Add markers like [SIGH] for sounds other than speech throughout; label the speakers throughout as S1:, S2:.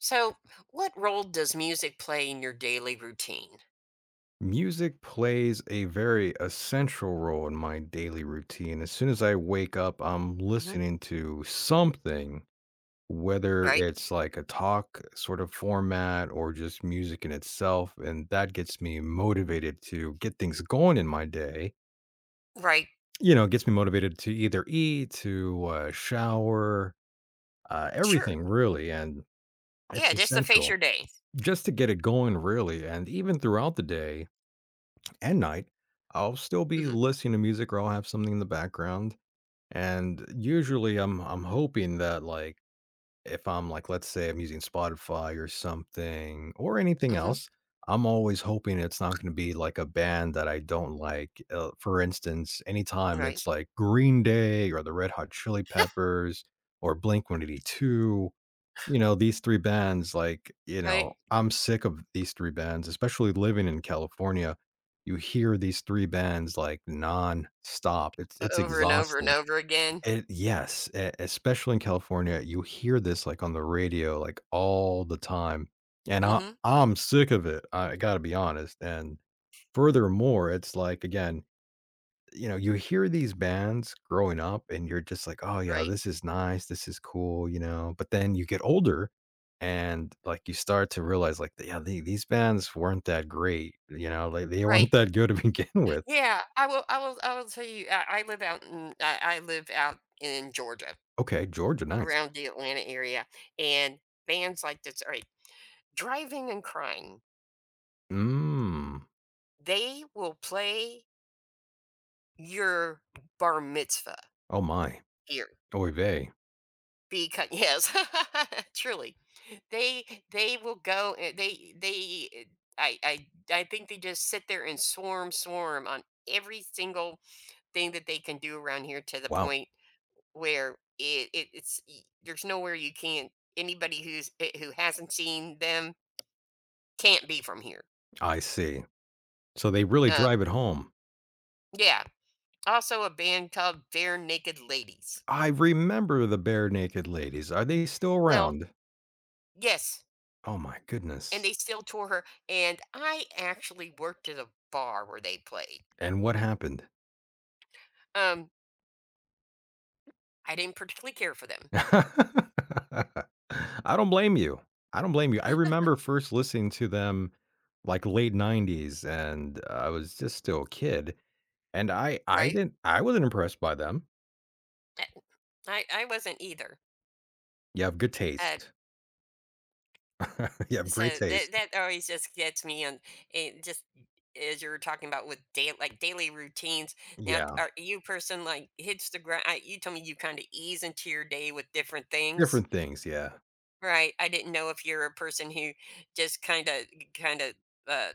S1: So, what role does music play in your daily routine?
S2: Music plays a very essential role in my daily routine. As soon as I wake up, I'm
S1: Hmm.
S2: listening to something, whether
S1: Right?
S2: it's like a talk sort of format or just music in itself. And that gets me motivated to get things going in my day.
S1: Right.
S2: It gets me motivated to either eat, to shower,
S1: Sure.
S2: everything really. And it's
S1: Yeah, just to face your
S2: essential
S1: day.
S2: just to get it going, really. And even throughout the day, and night, I'll still be
S1: Hmm.
S2: listening to music or I'll have something in the background. And usually I'm hoping that, like, if I'm like, let's say I'm using Spotify or something or anything
S1: Hmm.
S2: else, I'm always hoping it's not going to be like a band that I don't like. For instance, anytime
S1: Right.
S2: it's like Green Day or the Red Hot Chili Peppers or Blink 182, you know, these 3 bands, like, you know,
S1: Right.
S2: I'm sick of these 3 bands, especially living in California. You hear these 3 bands, like, nonstop. It's
S1: Over and over and
S2: exhausting.
S1: over again.
S2: It yes, e especially in California, you hear this, like, on the radio, like, all the time, and I
S1: Hmm.
S2: I'm sick of it, I gotta be honest, and furthermore, it's like, again, you know, you hear these bands growing up and you're just like, "Oh, yeah,
S1: Right.
S2: this is nice, this is cool," you know, but then you get older and, like, you start to realize, like, "Yeah, these bands weren't that great," you know, like, "They
S1: Right.
S2: weren't that good to [LAUGHS] begin with."
S1: Yeah. I will tell you. I live out. I live out in Georgia,
S2: "Okay, Georgia, nice."
S1: around the Atlanta area, and bands like this. All right, driving and crying.
S2: "Mm,
S1: They will play your bar mitzvah
S2: oh my,
S1: here.
S2: oy vey.
S1: Be cut yes, [LAUGHS] truly. They will go eh, they eh, I I think they just sit there and swarm, swarm on every single thing that they can do around here to the
S2: Wow,
S1: point where it it's there's nowhere you can't anybody who's who hasn't seen them can't be from here.
S2: I see." So they really
S1: Um
S2: drive it home.
S1: yeah. Also a band called Bare Naked Ladies.
S2: I remember the Bare Naked Ladies. Are they still
S1: Well,
S2: around?
S1: yes.
S2: Oh my
S1: And
S2: goodness.
S1: they still tour her and I actually worked at a bar where they played.
S2: And what happened?
S1: Um, I didn't particularly care for them,
S2: [LAUGHS] I don't blame you. I don't blame you. I remember first listening to them, like, late '90s, and I was just still a kid, and I I
S1: right?
S2: didn't I wasn't impressed by them.
S1: Uh, I wasn't either.
S2: You have good
S1: Uh,
S2: taste. [LAUGHS] You have great
S1: so that
S2: taste.
S1: always just gets me, and it just as you were talking about with day like daily routines. Now,
S2: Yeah.
S1: are you a person like hits the ground? I, you told me you kind of ease into your day with different things,
S2: Different things, yeah.
S1: right? I didn't know if you're a person who just kind of uh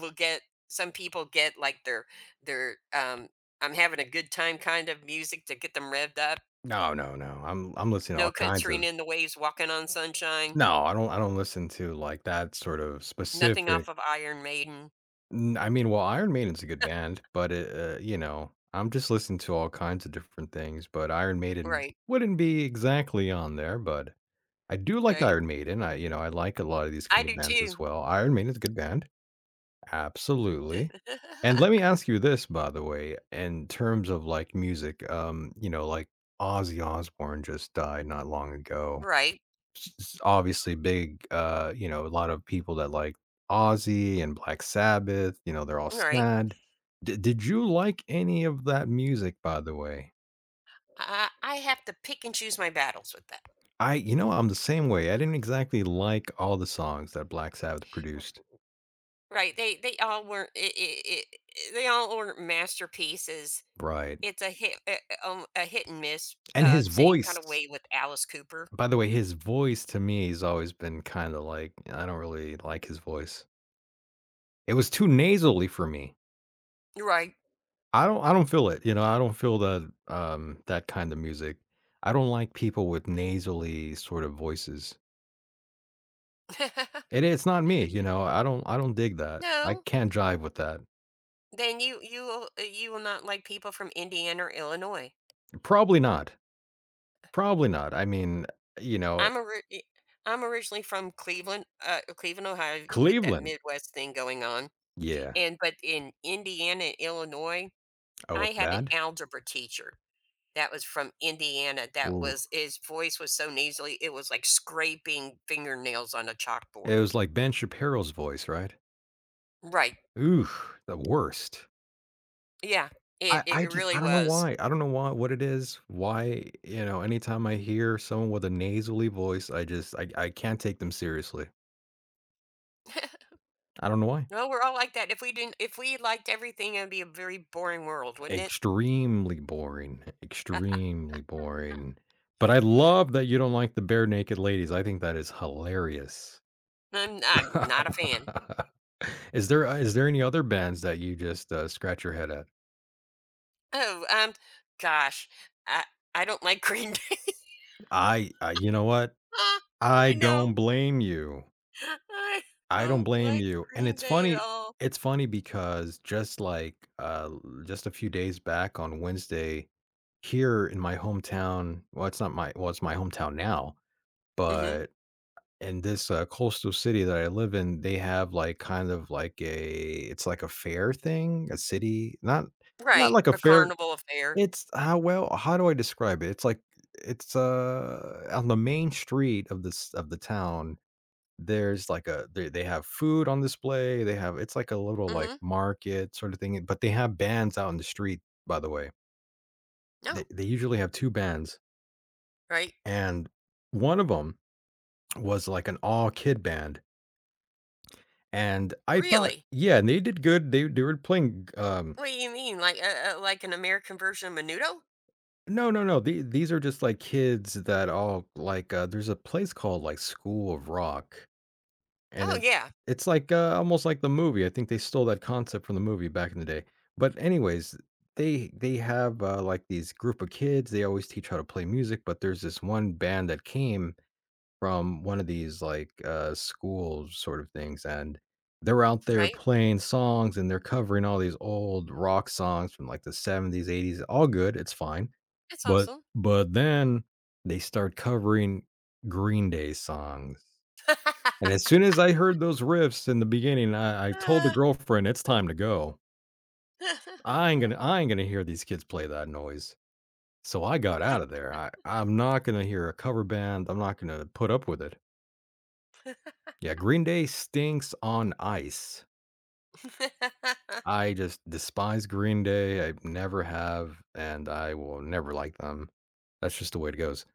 S1: will get. Some people get like their I'm having a good time kind of music to get them revved up.
S2: No, no, no. I'm listening to
S1: No
S2: all kinds
S1: Katrina
S2: of.
S1: and the Waves, Walking on Sunshine,
S2: No, I don't listen to, like, that sort of
S1: nothing off
S2: specific.
S1: of Iron Maiden.
S2: N I mean, well, Iron Maiden's a good band, but it, you know, I'm just listening to all kinds of different things, but Iron Maiden
S1: Right,
S2: wouldn't be exactly on there, but I do like
S1: right.
S2: Iron Maiden. I, you know, I like a lot of these
S1: I
S2: kind of
S1: do
S2: bands as
S1: too.
S2: well. Iron Maiden's a good band, absolutely.
S1: [LAUGHS]
S2: And let me ask you this, by the way, in terms of, like, music, you know, like, Ozzy Osbourne just died not long ago,
S1: Right,
S2: s- obviously big, you know, a lot of people that like Ozzy and Black Sabbath, you know, they're all
S1: right.
S2: sad. Did you like any of that music, by the way?
S1: I have to pick and choose my battles with that.
S2: I, you know, I'm the same way. I didn't exactly like all the songs that Black Sabbath produced.
S1: Right, they all weren't I they all weren't masterpieces.
S2: Right.
S1: It's a hit and miss,
S2: And his
S1: same
S2: voice,
S1: kinda way with Alice Cooper.
S2: by the way, his voice to me has always been kind of like, I don't really like his voice. It was too nasally for me.
S1: Right.
S2: I don't feel it, you know, I don't feel that, that kind of music. I don't like people with nasally sort of voices,
S1: [LAUGHS]
S2: and it's not me, you know, I don't dig that. I
S1: No,
S2: can't jive with that.
S1: then you will you will not like people from Indiana or Illinois.
S2: Probably not. Probably not. I mean, you know,
S1: I'm ori I am originally from Cleveland, Cleveland, Ohio. You get that
S2: Cleveland.
S1: Midwest thing going on,
S2: Yeah.
S1: and but in Indiana and Illinois,
S2: Oh,
S1: I
S2: it's
S1: had an
S2: bad?
S1: algebra teacher that was from Indiana that
S2: Ooh.
S1: was his voice was so nasally, it was like scraping fingernails on a
S2: It
S1: chalkboard.
S2: was like Ben Shapiro's voice, right?
S1: Right.
S2: Ooh, the worst.
S1: Yeah. It it
S2: I just
S1: really
S2: I don't know
S1: was.
S2: why. I don't know why what it is, why, you know, anytime I hear someone with a nasally voice, I just I can't take them seriously. I don't know why.
S1: No, we're all like that. If we liked everything, it'd be a very boring world, wouldn't it?
S2: Extremely boring,
S1: [LAUGHS]
S2: extremely boring. But I love that you don't like the Bare Naked Ladies. I think that is hilarious.
S1: I'm
S2: [LAUGHS]
S1: not not a fan.
S2: Is there any other bands that you just, scratch your head at?
S1: Oh, gosh. I I don't like [LAUGHS] green.
S2: I you know what?
S1: Ah, I
S2: I
S1: know.
S2: don't blame you.
S1: I
S2: I don't
S1: don't
S2: blame
S1: like
S2: you, and
S1: Green Day at all.
S2: it's funny because just like, just a few days back on Wednesday, here in my hometown, well, it's not my well, it's my hometown now,
S1: Mhm.
S2: but in this, coastal city that I live in, they have, like, kind of like a, it's like a fair thing, a city, not
S1: Right,
S2: like a
S1: a
S2: fair,
S1: carnival affair.
S2: it's how, well, how do I describe it? It's like, it's, on the main street of this of the town there's like a, they have food on display, they have, it's like a little, like,
S1: Mhm.
S2: market sort of thing, but they have bands out in the street, by the way.
S1: No,
S2: They usually have 2 bands,
S1: right?
S2: and one of them was like an all kid band, and I thought,
S1: Really?
S2: yeah, and they did good, they were playing, um.
S1: What do you mean? Like an American version of Menudo?
S2: No, no, no, these are just, like, kids that all like, there's a place called, like, School of Rock, And
S1: Oh
S2: it
S1: yeah,
S2: it's like, almost like the movie. I think they stole that concept from the movie back in the day. But anyways, they have, like, these group of kids, they always teach how to play music, but there's this one band that came from one of these, like, school sort of things, and they're out there
S1: right.
S2: playing songs, and they're covering all these old rock songs from, like, the '70s, '80s, all good, it's fine.
S1: That's
S2: But
S1: awesome.
S2: but then they start covering Green Day songs, and
S1: [LAUGHS]
S2: as soon as I heard those riffs in the beginning, I told the
S1: Ah.
S2: girlfriend, "It's time to go. I ain't gonna hear these kids play that noise." So I got out of there. I'm not gonna hear a cover band. I'm not gonna put up with it. Yeah, Green Day stinks on ice.
S1: [LAUGHS]
S2: I just despise Green Day. I never have, and I will never like them. That's just the way it goes.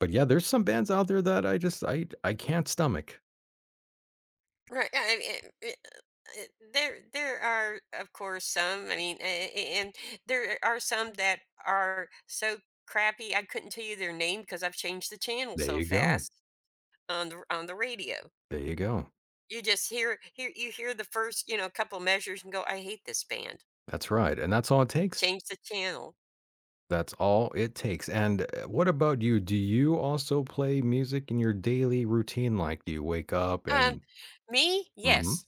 S2: But yeah, there's some bands out there that I just I can't stomach.
S1: Right. I mean, there, there are, of course, some. I mean, and there are some that are so crappy. I couldn't tell you their name because I've changed the channel
S2: There
S1: so
S2: you go.
S1: fast on the radio.
S2: There you go.
S1: You just hear hear you hear the first you know couple measures and go, I hate this band.
S2: That's right, and that's all it takes.
S1: Change the channel.
S2: That's all it takes. And what about you? Do you also play music in your daily routine? Like, do you wake up
S1: Um,
S2: and?
S1: me,
S2: hmm.
S1: yes,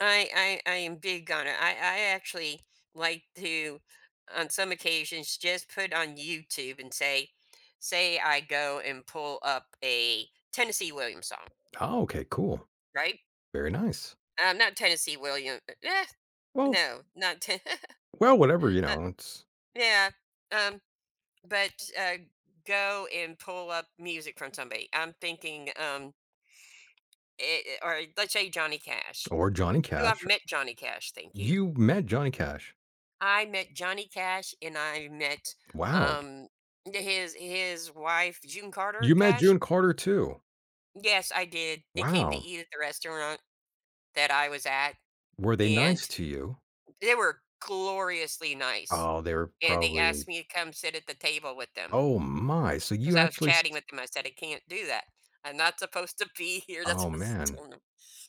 S1: I am big on it. I actually like to, on some occasions, just put on YouTube and say, say I go and pull up a Tennessee Williams song,
S2: Oh, okay, cool,
S1: right?
S2: very nice.
S1: Not Tennessee Williams. Eh,
S2: Well,
S1: no, not ten- [LAUGHS]
S2: well, whatever you
S1: uh,
S2: know. It's,
S1: yeah. Um, but uh, go and pull up music from somebody. I'm thinking, it, or let's say Johnny Cash.
S2: or Johnny
S1: Who I've
S2: Cash.
S1: met Johnny Cash. Thank you.
S2: You met Johnny Cash.
S1: I met Johnny Cash and I met
S2: Wow.
S1: um his wife June Carter
S2: You met
S1: Cash.
S2: June Carter too.
S1: Yes, I did. They came to
S2: Wow.
S1: eat at the restaurant that I was at
S2: Were they
S1: and
S2: nice to you?
S1: they were gloriously nice.
S2: Oh, they were
S1: And they asked
S2: probably.
S1: me to come sit at the table with them
S2: Oh my. So
S1: because
S2: you
S1: I was
S2: actually.
S1: chatting with them. I said, I can't do that. I'm not supposed to be [LAUGHS] here. That's
S2: Oh
S1: what I was
S2: man,
S1: telling them.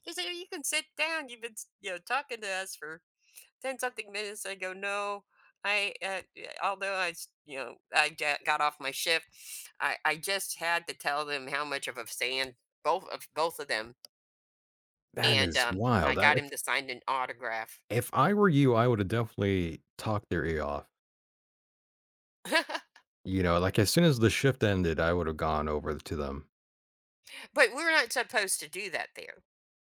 S1: They said, "Oh, you can sit down. You've been, you know, talking to us for 10 something minutes, I go, "No, I, yeah," although I s you know, I get got off my shift, I just had to tell them how much of a fan both of them,
S2: that
S1: and,
S2: is
S1: I
S2: wild. I,
S1: got him to sign an autograph.
S2: if I were you, I would have definitely talked their ear off.
S1: [LAUGHS]
S2: You know, like, as soon as the shift ended, I would have gone over to them.
S1: But we're not supposed to do that there,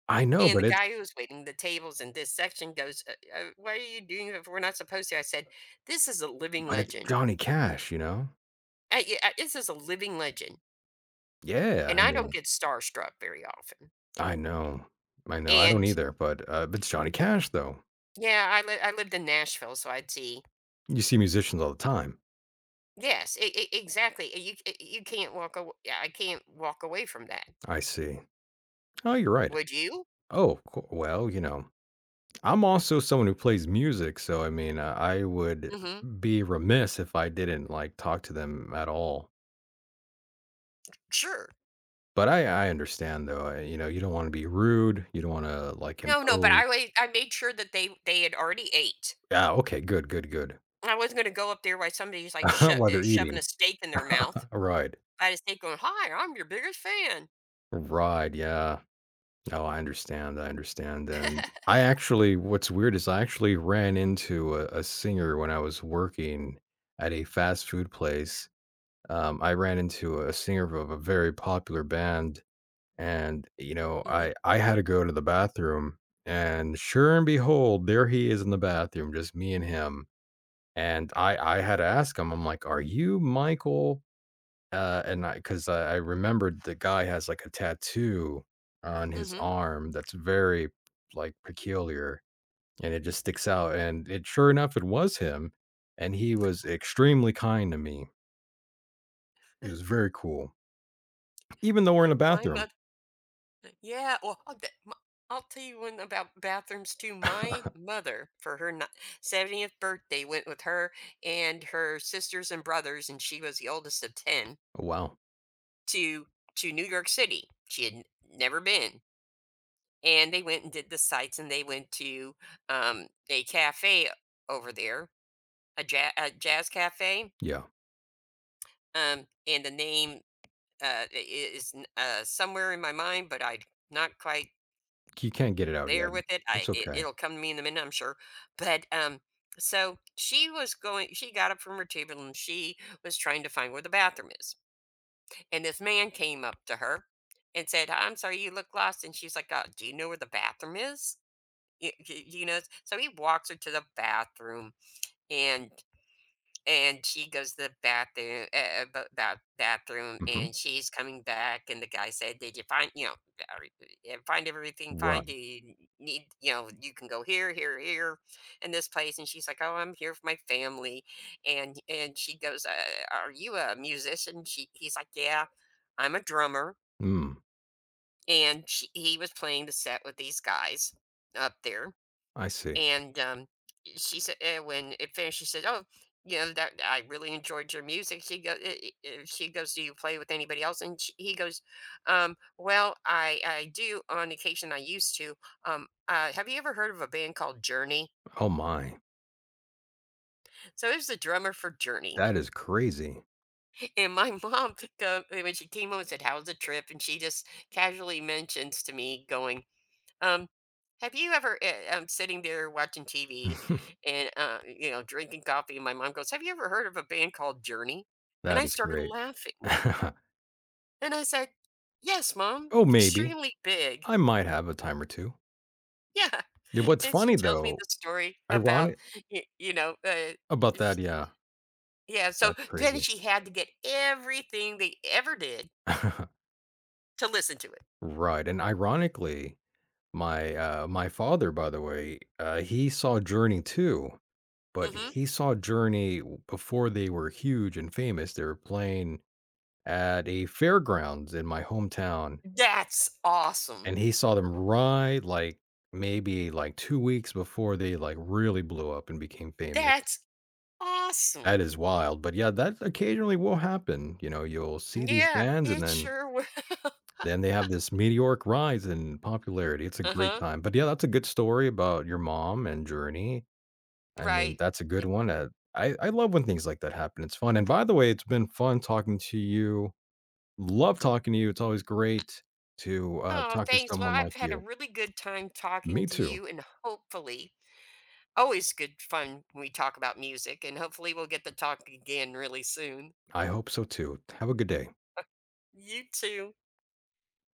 S2: "I know,
S1: and the guy who was waiting the tables in this section goes, " why are you doing it if we're not supposed to?" I said, "This is a living
S2: but it's
S1: legend.
S2: Johnny Cash," you know?
S1: I this is a living legend,
S2: "Yeah,
S1: and
S2: I
S1: I don't
S2: mean."
S1: get starstruck very often."
S2: I know, I know, I don't
S1: And
S2: either, but it's Johnny Cash, though.
S1: yeah, I lived in Nashville, so I'd see
S2: You see musicians all the time.
S1: yes, e e exactly, you can't walk away. Yeah, I can't walk away from that.
S2: "I see. Oh, you're right.
S1: Would you?
S2: Oh, co well, you know, I'm also someone who plays music, so, I mean, I would
S1: Mhm.
S2: be remiss if I didn't, like, talk to them at all.
S1: Sure.
S2: But I understand, though, I, you know, you don't wanna be rude, you don't wanna, like,
S1: No, no, but
S2: impose."
S1: I made sure that they had already ate.
S2: Yeah, okay, good, good, good.
S1: I wasn't gonna go up there while somebody's, like,
S2: [LAUGHS] While they're
S1: shoving a
S2: eating.
S1: steak in their mouth.
S2: Right.
S1: I had a steak going, "Hi, I'm your biggest fan."
S2: Right, yeah. No, I understand, and I actually what's weird is I actually ran into a singer when I was working at a fast food place. I ran into a singer of a very popular band, and, you know,
S1: Mhm,
S2: I had to go to the bathroom, and sure and behold, there he is in the bathroom, just me and him, and I had to ask him, I'm like, "Are you Michael. And I 'cause I remembered the guy has, like, a tattoo on his
S1: mhm.
S2: arm that's very, like, peculiar, and it just sticks out, and it sure enough, it was him, and he was extremely kind to me. It was very cool, even though we're in a
S1: My
S2: bathroom."
S1: mother. Yeah, well, I'll t m I'll tell you one about bathrooms too. My
S2: [LAUGHS]
S1: mother, for her ni 70th birthday, went with her and her sisters and brothers, and she was the oldest of 10,
S2: Wow.
S1: to to New York City. She had n never been, and they went and did the sights, and they went to, a cafe over there, a jazz cafe,
S2: Yeah.
S1: and the name, I is, n somewhere in my mind, but I'd not quite
S2: You can't get it out yet.
S1: there with it. I
S2: It's
S1: it,
S2: okay.
S1: it'll come to me in a minute, I'm sure. But so she was going. She got up from her table and she was trying to find where the bathroom is. And this man came up to her and said, "I'm sorry, you look lost." And she's like, "Do you know where the bathroom is?" You know. So he walks her to the bathroom, and and she goes to the bathroom, bathroom,
S2: Mhm.
S1: and she's coming back. And the guy said, "Did you find, you know, every- find everything fine? Do
S2: Right.
S1: you need, you know, you can go here, here, here, and this place?" And she's like, "Oh, I'm here for my family." And she goes, "Are you a musician?" She he's like, "Yeah, I'm a drummer."
S2: Mm,
S1: And he was playing the set with these guys up there
S2: I see.
S1: and she said when it finished, she said, "Oh, you know that I really enjoyed your music." "She goes, do you play with anybody else?" And he goes, "Well, I do on occasion. I used to. Have you ever heard of a band called Journey?"
S2: Oh my.
S1: So it was the drummer for Journey,
S2: That is crazy.
S1: [LAUGHS] and my mom [LAUGHS] picked when she came home and said, "How's the trip?" And she just casually mentions to me going Um, have you ever, I'm sitting there watching TV
S2: [LAUGHS]
S1: and, you know, drinking coffee, and my mom goes, Have you ever heard of a band called Journey? And I
S2: That is
S1: started
S2: great. [LAUGHS]
S1: laughing. And I said, Yes, mom,
S2: Oh, maybe.
S1: extremely big.
S2: I might have a time or 2.
S1: Yeah. [LAUGHS]
S2: Yeah, what's
S1: And she
S2: funny
S1: tells me the
S2: though,
S1: story about,
S2: ironic
S1: you know,
S2: about
S1: sh-
S2: that, yeah,
S1: yeah. So
S2: that's
S1: then
S2: crazy.
S1: she had to get everything they ever did
S2: [LAUGHS]
S1: to listen to it.
S2: Right, and ironically, my, my father, by the way, he saw Journey too, but
S1: Hmm.
S2: he saw Journey w before they were huge and famous, they were playing at a fairgrounds in my hometown,
S1: That's awesome.
S2: and he saw them right, like, maybe, like, 2 weeks before they, like, really blew up and became famous.
S1: That's awesome.
S2: That is wild, but yeah, that occasionally will happen, you know, you'll see these
S1: Yeah,
S2: bands, and
S1: it
S2: then
S1: sure was. [LAUGHS]
S2: Then they have this meteoric rise in popularity, it's a
S1: Uh
S2: great
S1: huh.
S2: time, but yeah, that's a good story about your mom and Journey. I mean,
S1: Right.
S2: that's a good one, I love when things like that happen, it's fun, and by the way, it's been fun talking to you. Love talking to you, it's always great to,
S1: Oh,
S2: talk to
S1: thanks. Well,
S2: someone
S1: I've
S2: like
S1: had a
S2: you.
S1: really good time talking
S2: Me
S1: to
S2: too.
S1: you, and hopefully, always good fun when we talk about music, and hopefully, we'll get to talk again really soon.
S2: I hope so too. Have a good day.
S1: You too.